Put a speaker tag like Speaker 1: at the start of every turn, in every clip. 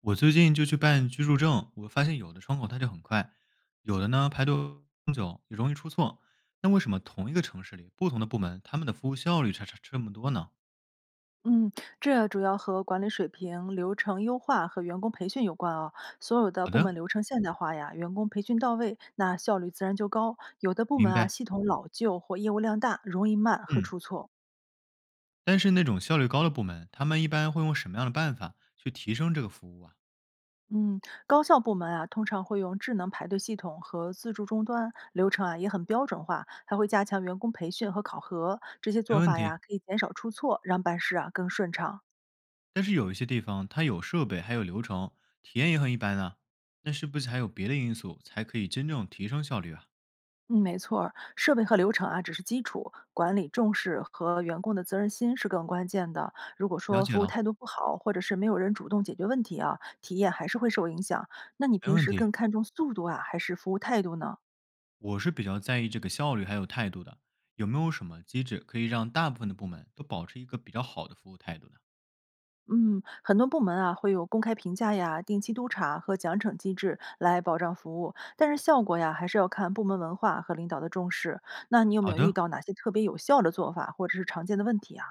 Speaker 1: 我最近就去办居住证，我发现有的窗口它就很快，有的呢排队很久，也容易出错。那为什么同一个城市里不同的部门，他们的服务效率差这么多呢？
Speaker 2: 嗯，这主要和管理水平、流程优化和员工培训有关啊。所有的
Speaker 1: 好
Speaker 2: 部门
Speaker 1: 的，
Speaker 2: 流程现代化呀，员工培训到位，那效率自然就高。有的部
Speaker 1: 明
Speaker 2: 门啊，
Speaker 1: 白。
Speaker 2: 系统老旧或业务量大，容易慢和
Speaker 1: 嗯，
Speaker 2: 出错。
Speaker 1: 但是那种效率高的部门，他们一般会用什么样的办法去提升这个服务啊？
Speaker 2: 嗯，高校部门啊，通常会用智能排队系统和自助终端，流程啊也很标准化，还会加强员工培训和考核。这些
Speaker 1: 没
Speaker 2: 做
Speaker 1: 问
Speaker 2: 法
Speaker 1: 题。
Speaker 2: 呀，可以减少出错，让办事啊更顺畅。
Speaker 1: 但是有一些地方它有设备，还有流程，体验也很一般啊。那是不是还有别的因素才可以真正提升效率啊？
Speaker 2: 嗯，没错儿设备和流程啊只是基础，管理重视和员工的责任心是更关键的。如果
Speaker 1: 了
Speaker 2: 说
Speaker 1: 解
Speaker 2: 服务
Speaker 1: 了，
Speaker 2: 态度不好，或者是没有人主动解决问题啊，体验还是会受影响。那你
Speaker 1: 没
Speaker 2: 平
Speaker 1: 问
Speaker 2: 时
Speaker 1: 题。
Speaker 2: 更看重速度啊，还是服务态度呢？
Speaker 1: 我是比较在意这个效率还有态度的，有没有什么机制可以让大部分的部门都保持一个比较好的服务态度呢？
Speaker 2: 嗯，很多部门啊会有公开评价呀、定期督查和奖惩机制来保障服务，但是效果呀还是要看部门文化和领导的重视。那你有没
Speaker 1: 好
Speaker 2: 有遇
Speaker 1: 的，
Speaker 2: 到哪些特别有效的做法，或者是常见的问题啊？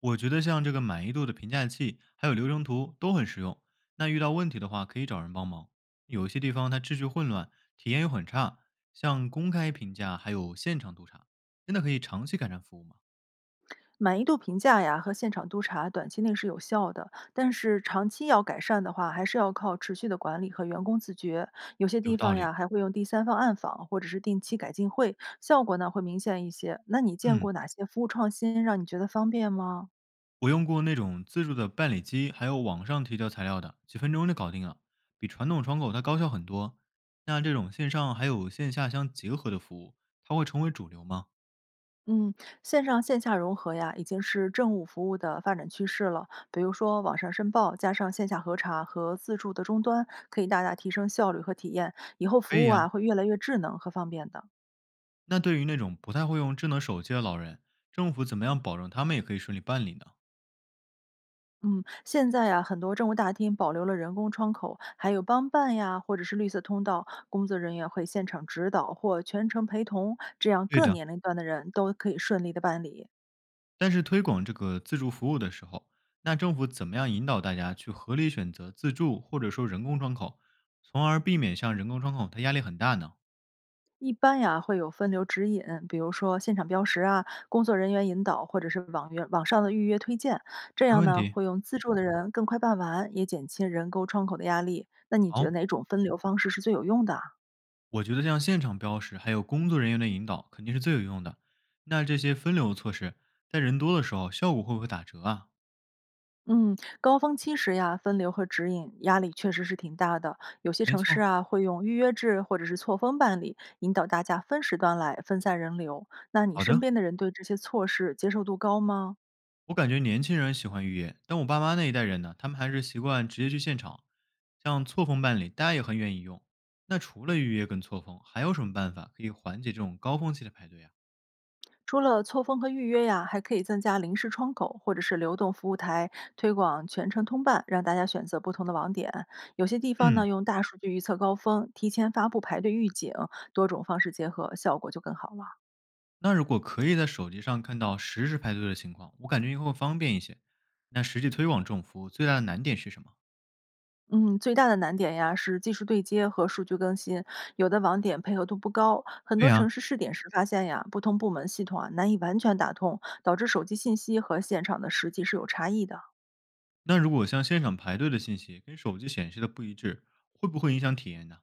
Speaker 1: 我觉得像这个满意度的评价器还有流程图都很实用。那遇到问题的话，可以找人帮忙。有些地方它秩序混乱，体验又很差，像公开评价还有现场督查，真的可以长期改善服务吗？
Speaker 2: 满意度评价呀和现场督查短期内是有效的，但是长期要改善的话，还是要靠持续的管理和员工自觉。有些
Speaker 1: 有
Speaker 2: 地
Speaker 1: 道
Speaker 2: 方
Speaker 1: 理。
Speaker 2: 呀还会用第三方暗访或者是定期改进会，效果呢会明显一些。那你见
Speaker 1: 嗯，
Speaker 2: 过哪些服务创新让你觉得方便吗？
Speaker 1: 我用过那种自助的办理机，还有网上提交材料的，几分钟就搞定了，比传统窗口它高效很多。那这种线上还有线下相结合的服务，它会成为主流吗？
Speaker 2: 嗯，线上线下融合呀，已经是政务服务的发展趋势了。比如说，网上申报加上线下核查和自助的终端，可以大大提升效率和体验。以后
Speaker 1: 可
Speaker 2: 服
Speaker 1: 以
Speaker 2: 务
Speaker 1: 呀。
Speaker 2: 啊，会越来越智能和方便的。
Speaker 1: 那对于那种不太会用智能手机的老人，政府怎么样保证他们也可以顺利办理呢？
Speaker 2: 嗯，现在呀，很多政务大厅保留了人工窗口，还有帮办呀，或者是绿色通道，工作人员会现场指导或全程陪同，这样
Speaker 1: 对
Speaker 2: 各
Speaker 1: 的，
Speaker 2: 年龄段的人都可以顺利的办理。
Speaker 1: 但是推广这个自助服务的时候，那政府怎么样引导大家去合理选择自助或者说人工窗口，从而避免像人工窗口它压力很大呢？
Speaker 2: 一般呀，会有分流指引，比如说现场标识啊，工作人员引导，或者是网约网上的预约推荐，这
Speaker 1: 没
Speaker 2: 样
Speaker 1: 问
Speaker 2: 呢，
Speaker 1: 题，
Speaker 2: 会用自助的人更快办完，也减轻人工窗口的压力。那你觉得
Speaker 1: 好。
Speaker 2: 哪种分流方式是最有用的啊？
Speaker 1: 我觉得像现场标识，还有工作人员的引导，肯定是最有用的。那这些分流措施，在人多的时候，效果会不会打折啊？
Speaker 2: 嗯，高峰期时呀，分流和指引压力确实是挺大的。有些
Speaker 1: 没
Speaker 2: 城市
Speaker 1: 错，
Speaker 2: 啊，会用预约制或者是错峰办理，引导大家分时段来分散人流。那你
Speaker 1: 好
Speaker 2: 身
Speaker 1: 的。
Speaker 2: 边的人对这些措施接受度高吗？
Speaker 1: 我感觉年轻人喜欢预约，但我爸妈那一代人呢，他们还是习惯直接去现场。像错峰办理，大家也很愿意用。那除了预约跟错峰，还有什么办法可以缓解这种高峰期的排队啊？
Speaker 2: 除了错峰和预约呀，还可以增加临时窗口或者是流动服务台，推广全程通办，让大家选择不同的网点。有些地方
Speaker 1: 嗯，
Speaker 2: 呢，用大数据预测高峰，提前发布排队预警，多种方式结合，效果就更好了。
Speaker 1: 那如果可以在手机上看到实时排队的情况，我感觉应该会方便一些。那实际推广这种服务最大的难点是什么？
Speaker 2: 嗯，最大的难点呀是技术对接和数据更新，有的网点配合度不高。很
Speaker 1: 对
Speaker 2: 多
Speaker 1: 呀、
Speaker 2: 城市试点时发现呀，不同部门系统啊难以完全打通，导致手机信息和现场的实际是有差异的。
Speaker 1: 那如果像现场排队的信息跟手机显示的不一致，会不会影响体验呢？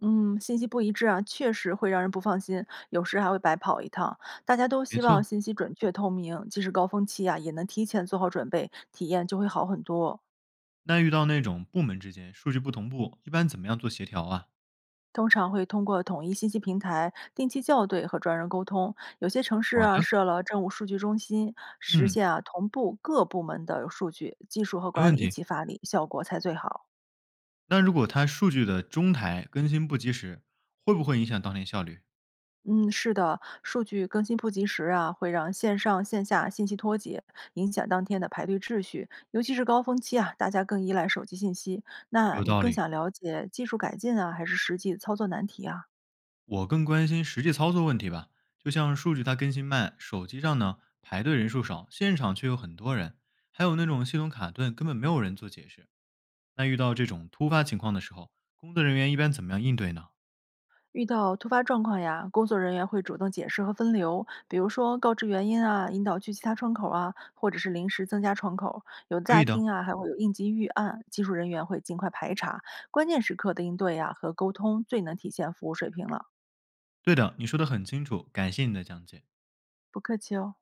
Speaker 2: 嗯，信息不一致啊，确实会让人不放心，有时还会白跑一趟。大家都
Speaker 1: 没
Speaker 2: 希望
Speaker 1: 错，
Speaker 2: 信息准确透明，即使高峰期啊，也能提前做好准备，体验就会好很多。
Speaker 1: 那遇到那种部门之间数据不同步，一般怎么样做协调啊？
Speaker 2: 通常会通过统一信息平台、定期校对和专人沟通。有些城市
Speaker 1: 好
Speaker 2: 啊
Speaker 1: 的，
Speaker 2: 设了政务数据中心，实
Speaker 1: 嗯，
Speaker 2: 现啊同步各部门的数据、技术和
Speaker 1: 没
Speaker 2: 管
Speaker 1: 问
Speaker 2: 理一
Speaker 1: 题。
Speaker 2: 起发力，效果才最好。
Speaker 1: 那如果它数据的中台更新不及时，会不会影响当天效率？
Speaker 2: 嗯，是的，数据更新不及时啊，会让线上线下信息脱节，影响当天的排队秩序。尤其是高峰期啊，大家更依赖手机信息。那
Speaker 1: 有
Speaker 2: 你
Speaker 1: 道
Speaker 2: 更
Speaker 1: 理，
Speaker 2: 想了解技术改进啊，还是实际操作难题啊？
Speaker 1: 我更关心实际操作问题吧。就像数据它更新慢，手机上呢排队人数少，现场却有很多人，还有那种系统卡顿，根本没有人做解释。那遇到这种突发情况的时候，工作人员一般怎么样应对呢？
Speaker 2: 遇到突发状况呀，工作人员会主动解释和分流，比如说告知原因啊，引导去其他窗口啊，或者是临时增加窗口。有
Speaker 1: 可
Speaker 2: 大
Speaker 1: 以的，
Speaker 2: 厅啊，还会有应急预案，技术人员会尽快排查。关键时刻的应对呀、和沟通，最能体现服务水平了。
Speaker 1: 对的，你说的很清楚，感谢你的讲解。
Speaker 2: 不客气哦。